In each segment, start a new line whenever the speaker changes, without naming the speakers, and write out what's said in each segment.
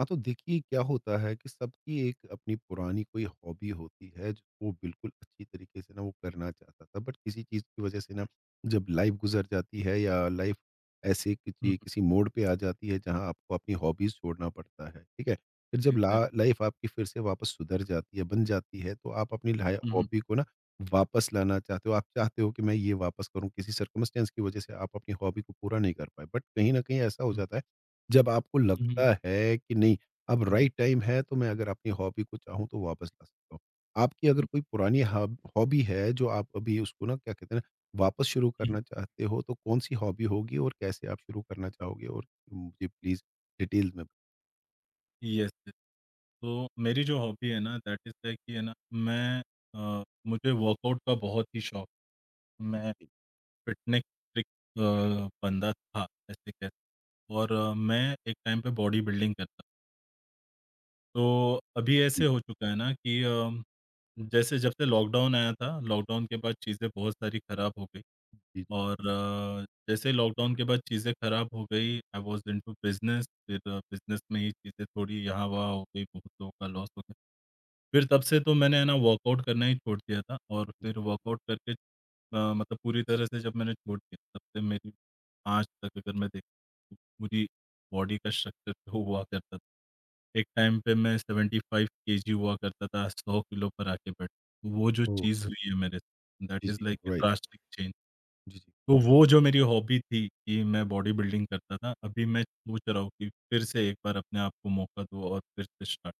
हाँ, तो देखिए क्या होता है कि सबकी एक अपनी पुरानी कोई हॉबी होती है जो वो बिल्कुल अच्छी तरीके से ना वो करना चाहता था बट किसी चीज़ की वजह से ना जब लाइफ गुजर जाती है या लाइफ ऐसे
हुँ,
किसी
हुँ।
किसी मोड़ पे आ जाती है जहाँ आपको अपनी हॉबीज छोड़ना पड़ता है ठीक है। फिर जब ला
एग्ज़ैक्टली।
लाइफ आपकी फिर से वापस सुधर जाती है बन जाती है तो आप अपनी
हुँ, हुँ,
हॉबी को ना वापस लाना चाहते हो। आप चाहते हो कि मैं ये वापस करूँ, किसी सर्कमस्टेंस की वजह से आप अपनी हॉबी को पूरा नहीं कर पाए बट कहीं ना कहीं ऐसा हो
हुँ,
जाता है जब आपको
हुँ,
लगता है कि नहीं, अब
हुँ,
राइट टाइम है तो मैं अगर अपनी हॉबी को चाहूँ तो वापस ला सकता हूँ। आपकी अगर
हुँ,
कोई पुरानी हॉबी है जो आप अभी उसको ना क्या कहते हैं ना वापस शुरू
हुँ।
करना चाहते हो तो कौन-सी हॉबी होगी और कैसे आप शुरू करना चाहोगे? और मुझे प्लीज़ डिटेल में
येस, येस। तो मेरी जो हॉबी है ना दैट इज़ लाइक कि है ना मुझे वर्कआउट का बहुत ही शौक है। मैं
बताइए।
फ़िटनेस फ्रीक बंदा था ऐसे कह, और मैं एक टाइम पे बॉडी बिल्डिंग करता। तो अभी
जी,
ऐसे हो चुका है ना कि जैसे जब से लॉकडाउन आया था, लॉकडाउन के बाद चीज़ें बहुत सारी खराब हो गई।
जी।
और जैसे लॉकडाउन के बाद चीज़ें खराब हो गई, आई वाज़ इंटू बिज़नेस, फिर बिज़नेस में ही चीज़ें थोड़ी यहाँ-वहाँ हो गई, बहुत लोगों का लॉस हो गया। फिर तब से तो मैंने है ना वर्कआउट करना ही छोड़ दिया था। और फिर वर्कआउट करके मतलब पूरी तरह से जब मैंने छोड़ दिया, तब से मेरी आज तक अगर मैं देखूँ पूरी बॉडी का स्ट्रक्चर जो हुआ करता था। एक टाइम पे मैं 75 केजी हुआ करता था, 100 किलो पर आके बैठ। तो वो जो
ओह!
चीज़ हुई है मेरे साथ दैट
जी,
इज़
जी।
Like a
right.
Drastic change.
जी, जी।
तो वो जो मेरी हॉबी थी कि मैं बॉडी बिल्डिंग करता था, अभी मैं सोच रहा हूँ कि फिर से एक बार अपने आप को मौका दूँ और फिर से स्टार्ट।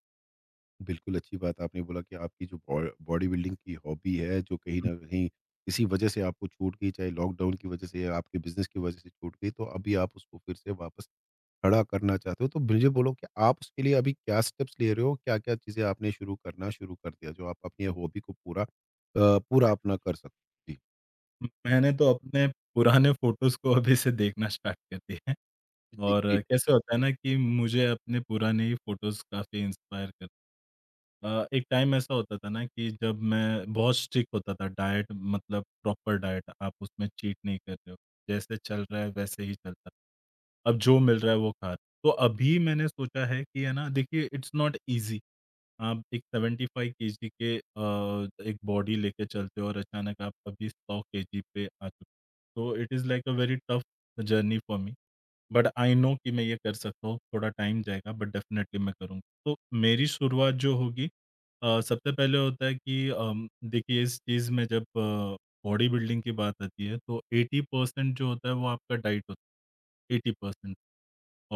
बिल्कुल अच्छी बात आपने बोला कि आपकी जो बॉ बॉडी बिल्डिंग की हॉबी है जो कहीं न कहीं किसी वजह से आपको छूट गई, चाहे लॉकडाउन की वजह से या आपके बिज़नेस की वजह से छूट गई, तो अभी आप उसको फिर से वापस खड़ा करना चाहते हो, तो मुझे बोलो कि आप उसके लिए अभी क्या स्टेप्स ले रहे हो? क्या-क्या चीज़ें आपने शुरू करना शुरू कर दिया, जो आप अपनी हॉबी को पूरा पूरा अपना कर सको? जी।
मैंने तो अपने पुराने फ़ोटोज़ को अभी से देखना स्टार्ट कर दिया है।
जी,
और
ग्रेट,
कैसे होता है
ग्रेट।
ना कि मुझे अपने पुराने ही फ़ोटोज़ काफ़ी इंस्पायर कर। एक टाइम ऐसा होता था ना कि जब मैं बहुत स्ट्रिक्ट होता था डाइट, मतलब प्रॉपर डाइट, आप उसमें चीट नहीं कर रहे हो। जैसे चल रहा है वैसे ही चलता। अब जो मिल रहा है वो खा रहे। तो अभी मैंने सोचा है कि है ना देखिए इट्स नॉट ईज़ी। आप एक 75 केजी के जी के अ, एक बॉडी लेके चलते हो और अचानक आप अभी 100 केजी पे आ चुके हो। तो it is like a very tough journey for me. But I know कि मैं ये कर सकता हूँ, थोड़ा टाइम जाएगा बट डेफ़िनेटली मैं करूँगा। तो मेरी शुरुआत जो होगी, सबसे पहले होता है कि देखिए इस चीज़ में जब बॉडी बिल्डिंग की बात आती है तो 80% जो होता है वो आपका डाइट होता है, 80%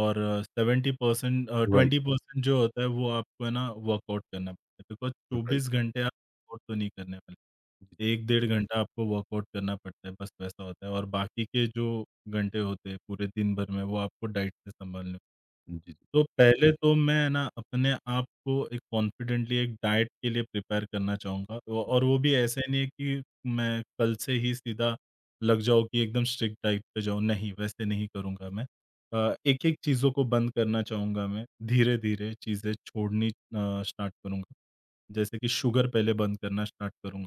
और 70%
राइट,
20% जो होता है वो आपको है ना वर्कआउट करना पड़ता है। Because
right.
24 घंटे वर्कआउट तो नहीं करने वाले। 1 डेढ़ घंटा आपको वर्कआउट करना पड़ता है, बस वैसा होता है। और बाकी के जो घंटे होते हैं पूरे दिन भर में, वो आपको डाइट से संभालने होते हैं।
जी, जी,
तो पहले तो मैं है ना अपने आप को एक कॉन्फिडेंटली एक डाइट के लिए प्रिपेयर करना चाहूँगा, औ और वो भी ऐसे नहीं है कि मैं कल से ही सीधा लग जाऊँ कि एकदम स्ट्रिक्ट डाइट पे जाऊँ, नहीं वैसे नहीं करूँगा मैं। एक-एक चीज़ों को बंद करना चाहूँगा मैं, धीरे-धीरे चीज़ें छोड़नी स्टार्ट करूँगा। जैसे कि शुगर पहले बंद करना स्टार्ट करूँगा।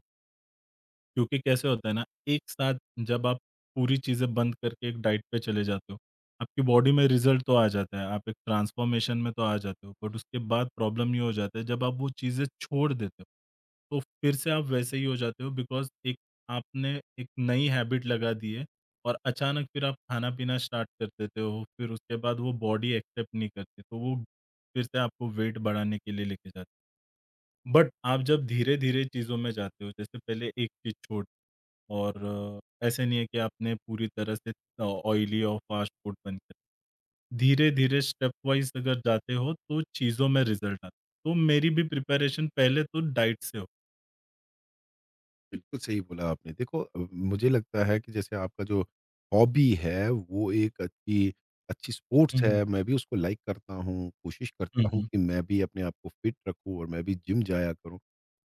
क्योंकि कैसे होता है ना, एक साथ जब आप पूरी चीज़ें बंद करके एक डाइट पे चले जाते हो, आपकी बॉडी में रिज़ल्ट तो आ जाता है, आप एक ट्रांसफ़ॉर्मेशन में तो आ जाते हो, बट उसके बाद प्रॉब्लम ये हो जाता है जब आप वो चीज़ें छोड़ देते हो, तो फिर से आप वैसे ही हो जाते हो बिकॉज़ एक आपने एक नई हैबिट लगा दी है और अचानक फिर आप खाना-पीना स्टार्ट कर देते हो, फिर उसके बाद वो बॉडी एक्सेप्ट नहीं करती, तो वो फिर से आपको वेट बढ़ाने के लिए लेके जाती है। बट आप जब धीरे-धीरे चीज़ों में जाते हो, जैसे पहले एक चीज़ छोड़, और ऐसे नहीं है कि आपने पूरी तरह से ऑयली और फास्ट फूड बंद कर, धीरे-धीरे स्टेप वाइज़ अगर जाते हो, तो चीज़ों में रिज़ल्ट आता है। तो मेरी भी प्रिपरेशन पहले तो डाइट से हो।
बिल्कुल सही बोला आपने। देखो, मुझे लगता है कि जैसे आपका जो हॉबी है, वो एक अच्छी अच्छी
हुँ,
स्पोर्ट्स
हुँ।
है। मैं भी उसको लाइक करता हूँ, कोशिश
हुँ,
करता हूँ
हुँ।
कि मैं भी अपने आप को फिट रखूँ और मैं भी जिम जाया करूँ।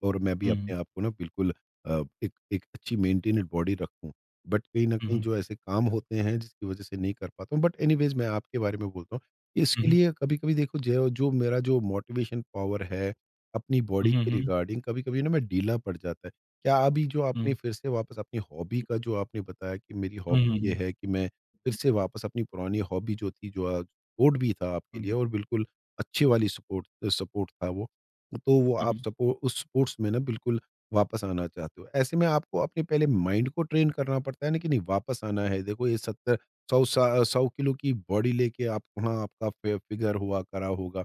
और मैं भी
हुँ, हुँ।
अपने आप को ना बिल्कुल एक एक अच्छी मेंटेन्ड बॉडी रखूँ। बट कहीं न
हुँ,
कहीं
हुँ।
जो ऐसे काम होते हैं जिसकी वज़ह से नहीं कर पाता हूँ। बट एनीवेज़ मैं आपके बारे में बोलता हूँ,
हुँ,
इसके
हुँ।
लिए कभी-कभी देखो जो जो मेरा जो मोटिवेशन पावर है, अपनी बॉडी
हुँ,
के
हुँ।
रिगार्डिंग कभी-कभी ना मैं ढीला पड़ जाता है। क्या अभी जो आपने
हुँ,
फिर से वापस अपनी हॉबी का जो आपने बताया कि मेरी
हुँ। हुँ,
हॉबी ये
हुँ।
है कि मैं फिर से वापस अपनी पुरानी हॉबी जो थी, जो सपोर्ट भी था आपके
हुँ,
लिए
हुँ।
और बिल्कुल अच्छी वाली सपोर्ट सपोर्ट था वो। तो वो आप सपो उस स्पोर्ट्स में ना बिल्कुल वापस आना चाहते हो। ऐसे में आपको अपने पहले माइंड को ट्रेन करना पड़ता है ना कि नहीं, वापस आना है। देखो, ये 70 100 किलो की बॉडी लेके आप वहाँ आपका फि फिगर हुआ करा होगा।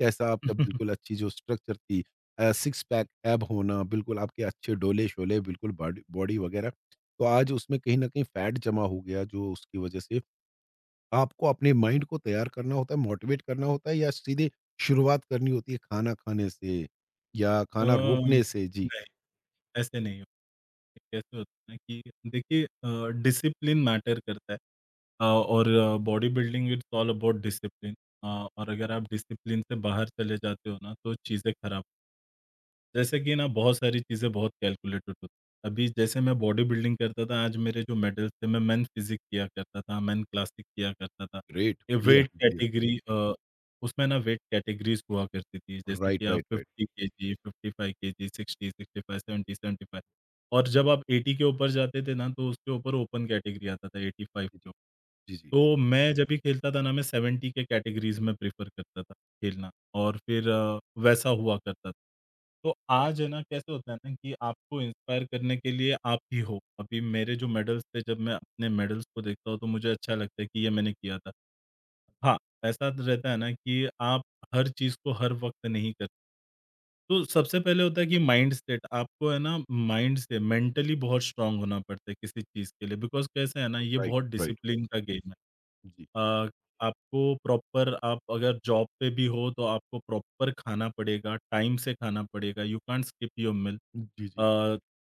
कैसा
हुँ,
आपका
हुँ।
बिल्कुल अच्छी जो स्ट्रक्चर थी, सिक्स पैक ऐब होना, बिल्कुल आपके अच्छे डोले-शोले बिल्कुल बॉडी बॉडी वगैरह। तो आज उसमें कहीं न कहीं फैट जमा हो गया जो उसकी वजह से आपको अपने माइंड को तैयार करना होता है, मोटिवेट करना होता है या सीधे शुरुआत करनी होती है खाना खाने से या खाना रोकने से? जी,
नहीं, ऐसे नहीं हो, कैसे होता है कि देखिए, डिसिप्लिन मैटर करता है, और body building it's all about discipline. अ, और अगर आप डिसिप्लिन से बाहर चले जाते हो ना, तो चीज़ें खराब। जैसे कि ना बहुत सारी चीज़ें बहुत कैलकुलेटेड होती हैं। अभी जैसे मैं बॉडी बिल्डिंग करता था, आज मेरे जो मेडल्स थे, मैं मेन फिजिक किया करता था, मेन क्लासिक किया करता था।
ग्रेट,
ये
बढ़िया,
वेट
बढ़िया।
कैटेगरी उसमें ना वेट कैटेगरीज़ हुआ करती थी, जैसे
राइट,
कि आप
राइट,
50
राइट।
KG, 55 KG, 60, 65, 70, 75। और जब आप 80 के ऊपर जाते थे ना, तो उसके ऊपर ओपन कैटेगरी आता था 85 के
जी, जी।
ऊपर।
जी, जी।
तो मैं जब भी खेलता था ना, मैं 70 के कैटेगरीज़ में प्रेफ़र करता था खेलना। और फिर वैसा हुआ करता था। तो आज है ना कैसे होता है ना कि आपको इंस्पायर करने के लिए आप ही हो। अभी मेरे जो मेडल्स थे, जब मैं अपने मेडल्स को देखता हूँ तो मुझे अच्छा लगता है कि ये मैंने किया था। हाँ, ऐसा तो रहता है ना कि आप हर चीज़ को हर वक़्त नहीं कर। तो सबसे पहले होता है कि माइंडसेट आपको है ना माइंड से मेंटली बहुत स्ट्रॉन्ग होना पड़ता है किसी चीज़ के लिए, बिकॉज़ कैसा है ना ये
राइट,
बहुत
राइट।
डिसिप्लिन का गेम है।
जी।
अ, आपको प्रॉपर, आप अगर जॉब पे भी हो तो आपको प्रॉपर खाना पड़ेगा, टाइम से खाना पड़ेगा, you can't skip your meal.
जी,
अ
जी।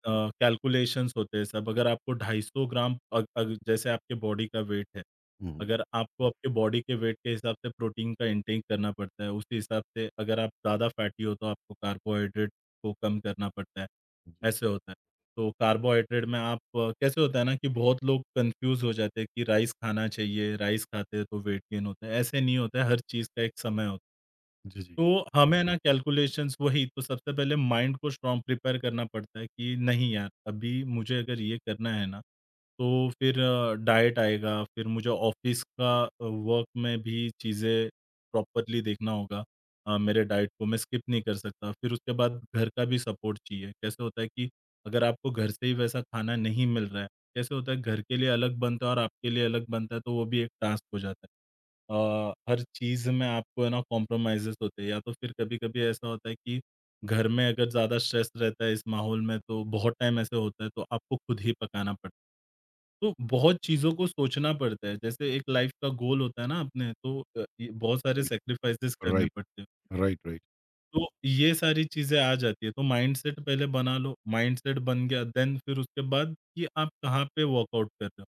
अ, कैलकुलेशंस होते हैं सब। अगर आपको 250 ग्राम अग अग जैसे आपके बॉडी का वेट है,
हुँ, हुँ।
अगर आपको आपके बॉडी के वेट के हिसाब से प्रोटीन का इनटेक करना पड़ता है, उसी हिसाब से अगर आप ज़्यादा फैटी हो तो आपको कार्बोहाइड्रेट को कम करना पड़ता है,
जी,
ऐसे होता है। तो कार्बोहाइड्रेट में आप कैसे होता है ना कि बहुत लोग कन्फ्यूज़ हो जाते हैं कि राइस खाना चाहिए, राइस खाते हैं तो वेट गेन होता है, ऐसे नहीं होता है, हर चीज़ का एक समय होता है।
जी, जी।
तो हमें ना कैलकुलेशंस वही, तो सबसे पहले माइंड को स्ट्रॉन्ग प्रिपेयर करना पड़ता है कि नहीं यार, अभी मुझे अगर ये करना है ना, तो फिर डाइट आएगा, फिर मुझे ऑफ़िस का वर्क में भी चीज़ें प्रॉपरली देखना होगा। हाँ, मेरे डाइट को मैं स्किप नहीं कर सकता। फिर उसके बाद घर का भी सपोर्ट चाहिए। कैसे होता है कि अगर आपको घर से ही वैसा खाना नहीं मिल रहा है, कैसे होता है घर के लिए अलग बनता है और आपके लिए अलग बनता है, तो वो भी एक टास्क हो जाता है। हर चीज़ में आपको है ना कॉम्प्रोमाइज़ेज़ होते हैं, या तो फिर कभी-कभी ऐसा होता है कि घर में अगर ज़्यादा स्ट्रेस रहता है इस माहौल में, तो बहुत टाइम ऐसे होता है, तो आपको खुद ही पकाना पड़ता है। तो बहुत चीज़ों को सोचना पड़ता है। जैसे एक लाइफ़ का गोल होता है ना अपने, तो ये बहुत सारे
राइट,
सैक्रिफाइसेस करने
राइट,
पड़ते हैं।
Right, right.
तो ये सारी चीज़ें आ जाती है, तो माइंडसेट पहले बना लो, माइंडसेट बन गया देन फिर उसके बाद कि आप कहाँ पे वर्कआउट कर रहे हो,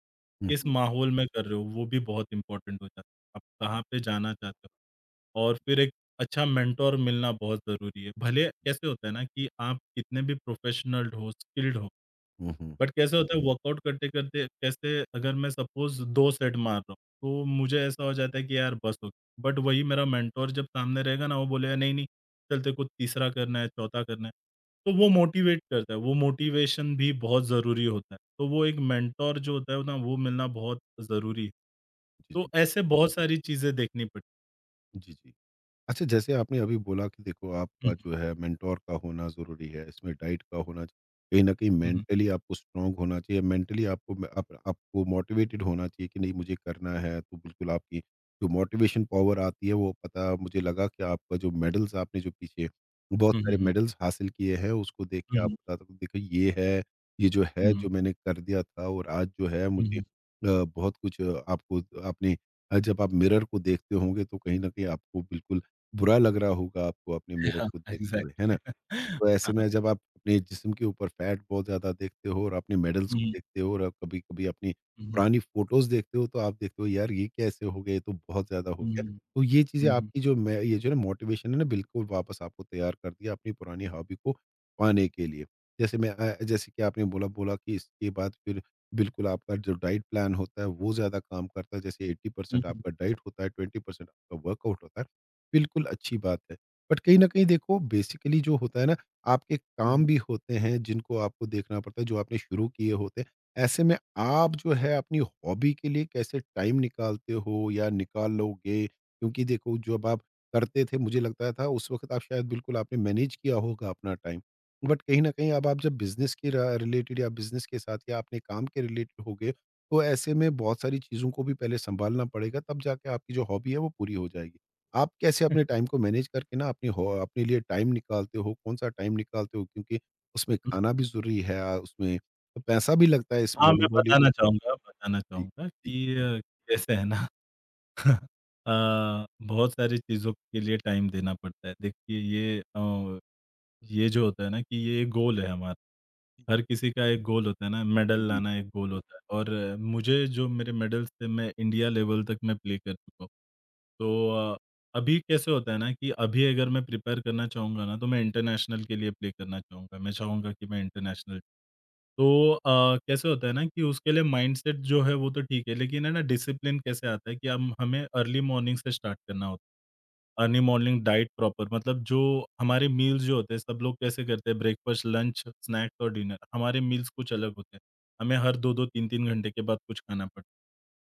हुँ,
किस
हुँ।
माहौल में कर रहे हो, वो भी बहुत इम्पोर्टेंट हो जाता है। आप कहाँ पे जाना चाहते हो, और फिर एक अच्छा मेंटर मिलना बहुत ज़रूरी है। भले कैसे होता है ना कि आप कितने भी प्रोफेशनल हो, स्किल्ड हो,
हुँ, हुँ।
बट कैसे होता है वर्कआउट करते-करते, कैसे अगर मैं सपोज़ 2 सेट मार रहा हूँ, तो मुझे ऐसा हो जाता है कि यार बस हो। बट वही मेरा मेंटर जब सामने रहेगा ना, वो बोलेगा, "नहीं, नहीं, चल तेरे को तीसरा करना है, चौथा करना है।" तो वो मोटिवेट करता है, वो मोटिवेशन भी बहुत ज़रूरी होता है। तो वो एक मेंटर जो होता है ना, वो मिलना बहुत ज़रूरी है।
जी,
तो
जी।
ऐसे बहुत सारी चीज़ें देखनी पड़ती।
जी, जी। अच्छा, जैसे आपने अभी बोला कि देखो
हुँ,
आपका जो है मेंटोर का होना ज़रूरी है, इसमें डाइट का होना च, कहीं न कहीं
हुँ, हुँ,
मेंटली आपको स्ट्रॉन्ग होना चाहिए, मेंटली आपको म आप आपको मोटिवेटेड होना चाहिए कि नहीं मुझे करना है, तो बिल्कुल आपकी जो मोटिवेशन पावर आती है वो पता मुझे लगा कि आपका जो मेडल्स आपने जो पीछे बहुत
हुँ, हुँ,
सारे
हुँ,
मेडल्स हासिल किए हैं, उसको देख के आप
हुँ,
बता दो देखो ये है, ये जो
हुँ,
है
हुँ,
जो मैंने कर दिया था और आज जो है
हुँ,
मुझे
हुँ।
बहुत कुछ आपको आपने जब आप मिरर को देखते होंगे तो कहीं न कहीं आपको बिल्कुल बुरा लग रहा होगा आपको अपने मिरर
हाँ,
को देखते हुए,
एग्ज़ैक्टली।
है ना? तो ऐसे में जब आप अपने जिस्म के ऊपर फैट बहुत ज़्यादा देखते हो और अपने मेडल्स को
हुँ,
देखते हो और कभी-कभी अपनी
हुँ, हुँ,
पुरानी फ़ोटोज़ देखते हो, तो आप देखते हो यार ये कैसे हो गया, ये तो बहुत ज़्यादा हो
हुँ,
गया।
हुँ,
तो ये चीज़ें
हुँ, हुँ,
आपकी जो मैं ये जो है ना मोटिवेशन है ना बिल्कुल वापस आपको तैयार कर दिया अपनी पुरानी हॉबी को पाने के लिए। जैसे मैं जैसे कि आपने बोला बोला कि इसके बाद फिर बिल्कुल आपका जो डाइट प्लान होता है वो ज़्यादा काम करता है। जैसे 80%
हुँ,
आपका डाइट होता है, 20% आपका वर्कआउट होता है। बिल्कुल अच्छी बात है। बट कहीं न कहीं देखो बेसिकली जो होता है ना, आपके
हुँ, हुँ,
काम भी
हुँ।
होते हैं जिनको आपको देखना पड़ता है, जो आपने शुरू किए होते हैं। ऐसे में आप जो है अपनी हॉबी के लिए कैसे टाइम निकालते हो या निकाल लोगे? क्योंकि देखो जब आप करते थे मुझे लगता था उस वक़्त आप शायद बिल्कुल आपने मैनेज किया होगा अपना टाइम। बट कहीं न कहीं अब आप जब बिज़नेस के र रिलेटेड या बिज़नेस के साथ या अपने काम के रिलेटेड हो गए, तो ऐसे में बहुत सारी चीज़ों को भी पहले सँभालना पड़ेगा तब जाके आपकी जो हॉबी है वो पूरी हो जाएगी। आप कैसे अपने टाइम को मैनेज करके ना अपनी हो अपने लिए टाइम निकालते हो? कौन-सा टाइम निकालते हो? क्योंकि उसमें खाना भी ज़रूरी है, उसमें तो पैसा भी लगता है इस
हाँ,
बॉडी
मैं
बॉडी
बताना चाहूँगा बताना
जी,
चाहूँगा
जी,
कि कैसे है ना अ, बहुत सारी चीज़ों के लिए टाइम देना पड़ता है। देखिए ये जो होता है ना कि ये एक गोल है हमारा।
जी,
हर किसी का एक गोल होता है ना, मेडल
जी,
लाना एक गोल होता है। और मुझे जो मेरे मेडल्स थे, मैं इंडिया लेवल तक मैं प्ले कर चुका हूँ। तो अ अभी कैसे होता है ना कि अभी अगर मैं प्रिपेयर करना चाहूँगा ना, तो मैं इंटरनेशनल के लिए प्ले करना चाहूँगा। मैं चाहूँगा कि मैं इंटरनेशनल, तो कैसे होता है ना कि उसके लिए माइंडसेट जो है वो तो ठीक है, लेकिन है ना डिसिप्लिन कैसे आता है कि हम हमें अर्ली मॉर्निंग से स्टार्ट करना होता है। अर्ली मॉर्निंग डाइट प्रॉपर मतलब जो हमारे मील्स जो होते हैं, सब लोग कैसे करते हैं ब्रेकफास्ट, लंच, स्नैक्स और डिनर। हमारे मील्स कुछ अलग होते हैं। हमें हर 2-2, 3-3 घंटे के बाद कुछ खाना पड़ता है।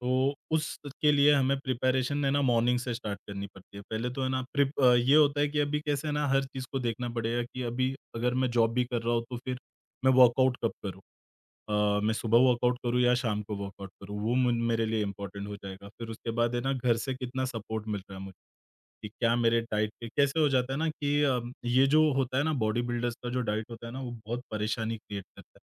तो उसके लिए हमें प्रिपरेशन है ना मॉर्निंग से स्टार्ट करनी पड़ती है। पहले तो है ना ये होता है कि अभी कैसे है ना हर चीज़ को देखना पड़ेगा कि अभी अगर मैं जॉब भी कर रहा हूँ तो फिर मैं वर्कआउट कब करूँ? मैं सुबह वर्कआउट करूँ या शाम को वर्कआउट करूँ? वो मुन मेरे लिए इम्पोर्टेंट हो जाएगा। फिर उसके बाद है ना घर से कितना सपोर्ट मिल रहा है मुझे, कि क्या मेरे डाइट पे कैसे हो जाता है ना कि ये जो होता है ना बॉडी बिल्डर्स का जो डाइट होता है ना वो बहुत परेशानी क्रिएट करता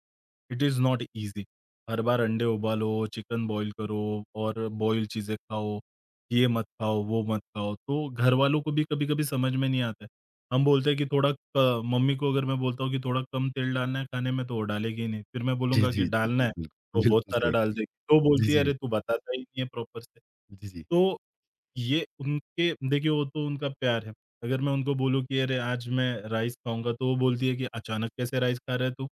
है। It is not easy. हर बार अंडे उबालो, चिकन बॉयल करो और बॉयल चीज़ें खाओ, ये मत खाओ, वो मत खाओ। तो घरवालों को भी कभी-कभी समझ में नहीं आता है। हम बोलते हैं कि थोड़ा क मम्मी को अगर मैं बोलता हूँ कि थोड़ा कम तेल डालना है खाने में, तो वो डालेगी ही नहीं। फिर मैं
जी,
बोलूँगा कि
जी, जी,
डालना
जी,
है,
बिल्कुल,
तो बहुत
बिल्कुल
सारा
सही।
डाल देगी। तो
जी,
बोलती है,
जी,
"अरे! तू बताता ही नहीं है प्रॉपर से।"
जी, जी,
तो ये उनके देखिए वो तो उनका प्यार है। अगर मैं उनको बोलूँ कि अरे! आज मैं राइस खाऊँगा, तो वो बोलती है कि "अचानक कैसे राइस खा रहा है तू?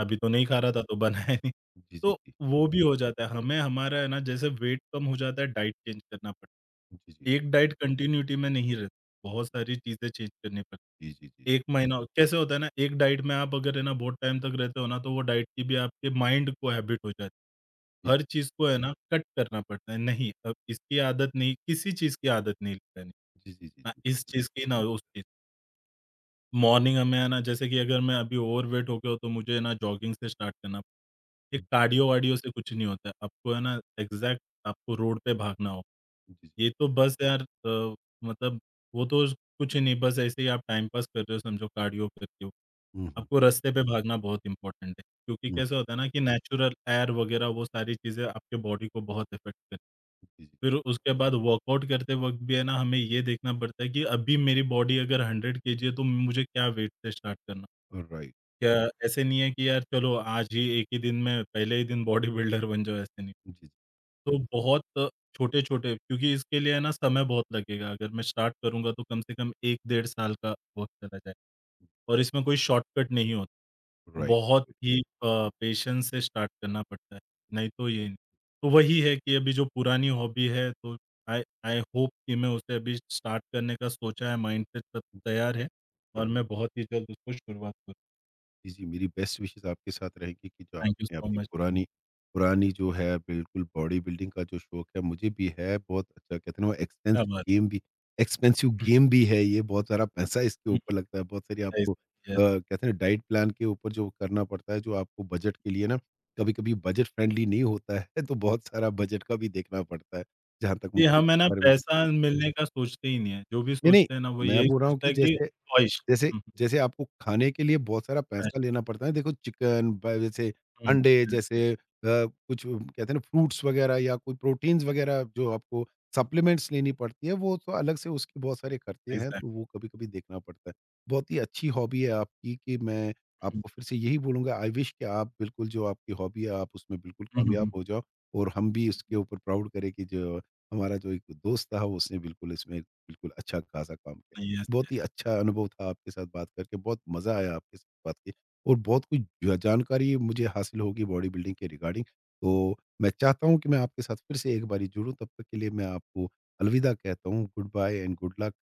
अभी तो नहीं खा रहा था, तो बनाया नहीं।"
जी, जी, जी,
तो
जी,
वो भी हो जाता है। हमें हमारा है ना जैसे वेट कम हो जाता है, डाइट चेंज करना पड़ता
जी, जी, जी,
है। एक डाइट कंटिन्यूटी में नहीं रहती, बहुत सारी चीज़ें चेंज करनी
जी, जी, जी,
पड़ती। 1 महीना कैसे होता है ना, एक डाइट में आप अगर है ना बहुत टाइम तक रहते हो ना, तो वो डाइट की भी आपके माइंड को हैबिट हो जाती है। हर चीज़ को है ना कट करना पड़ता है, नहीं अब इसकी आदत नहीं, किसी चीज़ की आदत नहीं लगानी।
जी, जी, जी,
ना इस चीज़ की, ना उस चीज़ मॉर्निंग में है ना, जैसे कि अगर मैं अभी ओवरवेट हो गया हूँ, तो मुझे ना जॉगिंग से स्टार्ट करना ये कार्डियो-वार्डियो से कुछ नहीं होता है। आपको है ना एग्ज़ैक्ट आपको रोड पे भागना हो।
जी,
ये तो बस मतलब वो तो कुछ नहीं, बस ऐसे ही आप टाइम पास कर रहे हो समझो कार्डियो कर रहे हो।
हुँ, हुँ,
आपको रास्ते पे भागना बहुत इम्पोर्टेंट है, क्योंकि
हुँ,
कैसा होता है ना कि नेचुरल एयर वगैरह वो सारी चीज़ें आपके बॉडी को बहुत इफ़ेक्ट करती
जी, जी,
है। फिर उसके बाद वर्कआउट करते वक़्त भी है ना हमें ये देखना पड़ता है कि अभी मेरी बॉडी अगर 100 केजी है तो मुझे क्या वेट से स्टार्ट करना।
राइट,
क्या ऐसे नहीं है कि यार चलो आज ही एक ही दिन में पहले ही दिन बॉडी बिल्डर बन जाओ ऐसे नहीं।
जी, जी,
तो बहुत छोटे-छोटे क्योंकि इसके लिए है ना समय बहुत लगेगा। अगर मैं स्टार्ट करूँगा तो कम से कम 1 डेढ़ साल का वक़्त चला जाए और इसमें कोई शॉर्टकट नहीं होता।
राइट।
बहुत ही पेशेंस से स्टार्ट करना पड़ता है, नहीं तो ये नहीं। तो वही है कि अभी जो पुरानी हॉबी है तो आई आई होप कि मैं उसे अभी स्टार्ट करने का सोचा है, माइंडसेट सब तैयार है और मैं बहुत ही जल्द उसको शुरुआत करूँ।
जी, जी, मेरी बेस्ट विशेज़ आपके साथ रहेगी कि जो
थैंक यू
आपने
सो
अपनी
मच।
पुरानी पुरानी जो है बिल्कुल बॉडी बिल्डिंग का जो शौक है, मुझे भी है। बहुत अच्छा कहते हैं ना वो
क्या बात!
एक्सपेंसिव गेम भी है ये, बहुत सारा पैसा इसके
हुँ, हुँ,
ऊपर लगता है। बहुत सारी
यस,
आपको
यस।
कहते हैं ना डाइट प्लान के ऊपर जो करना पड़ता है, जो आपको बजट के लिए ना कभी-कभी बजट फ्रेंडली नहीं होता है, तो बहुत सारा बजट का भी देखना पड़ता है। जहाँ तक
जी,
मुझे इस
हम है ना
बारे में,
पैसा मिलने का सोचते ही नहीं है। जो भी
नहीं, नहीं,
सोचते हैं ना वो
मैं
यही
बोल रहा हूँ
सोचता
कि
है कि
जैसे
ख्वाहिश।
जैसे
हुँ, हुँ,
जैसे आपको खाने के लिए बहुत सारा पैसा
पैश
लेना पड़ता है। देखो चिकन ब जैसे
हुँ,
अंडे
दैट्स इट,
जैसे कुछ कहते हैं ना फ्रूट्स वग़ैरह या कोई प्रोटीन्स वग़ैरह जो आपको सप्लीमेंट्स लेनी पड़ती है, वो तो अलग से उसके बहुत सारे खर्चे हैं,
एग्ज़ैक्टली।
तो वो कभी-कभी देखना पड़ता है। बहुत ही अच्छी हॉबी है आपकी कि मैं
हुँ,
आपको फिर से यही बोलूँगा, आई विश कि आप बिल्कुल जो आपकी हॉबी है आप उसमें बिल्कुल
हुँ, हुँ,
कामयाब
हुँ,
हो जाओ और हम भी उसके ऊपर प्राउड करें कि जो हमारा जो एक दोस्त था उसने बिल्कुल इसमें बिल्कुल अच्छा-खासा काम किया।
हुँ, यस,
बहुत
यस,
ही अच्छा अनुभव था आपके साथ बात करके, बहुत मज़ा आया आपके साथ बात की और बहुत कुछ ज जानकारी मुझे हासिल होगी बॉडी बिल्डिंग के रिगार्डिंग। तो मैं चाहता हूँ कि मैं आपके साथ फिर से एक बारी जुड़ूँ, तब तक के लिए मैं आपको अलविदा कहता हूँ। Goodbye and good luck.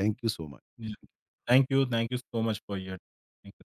Thank you so
yes.
Much.
Thank you so much for your thank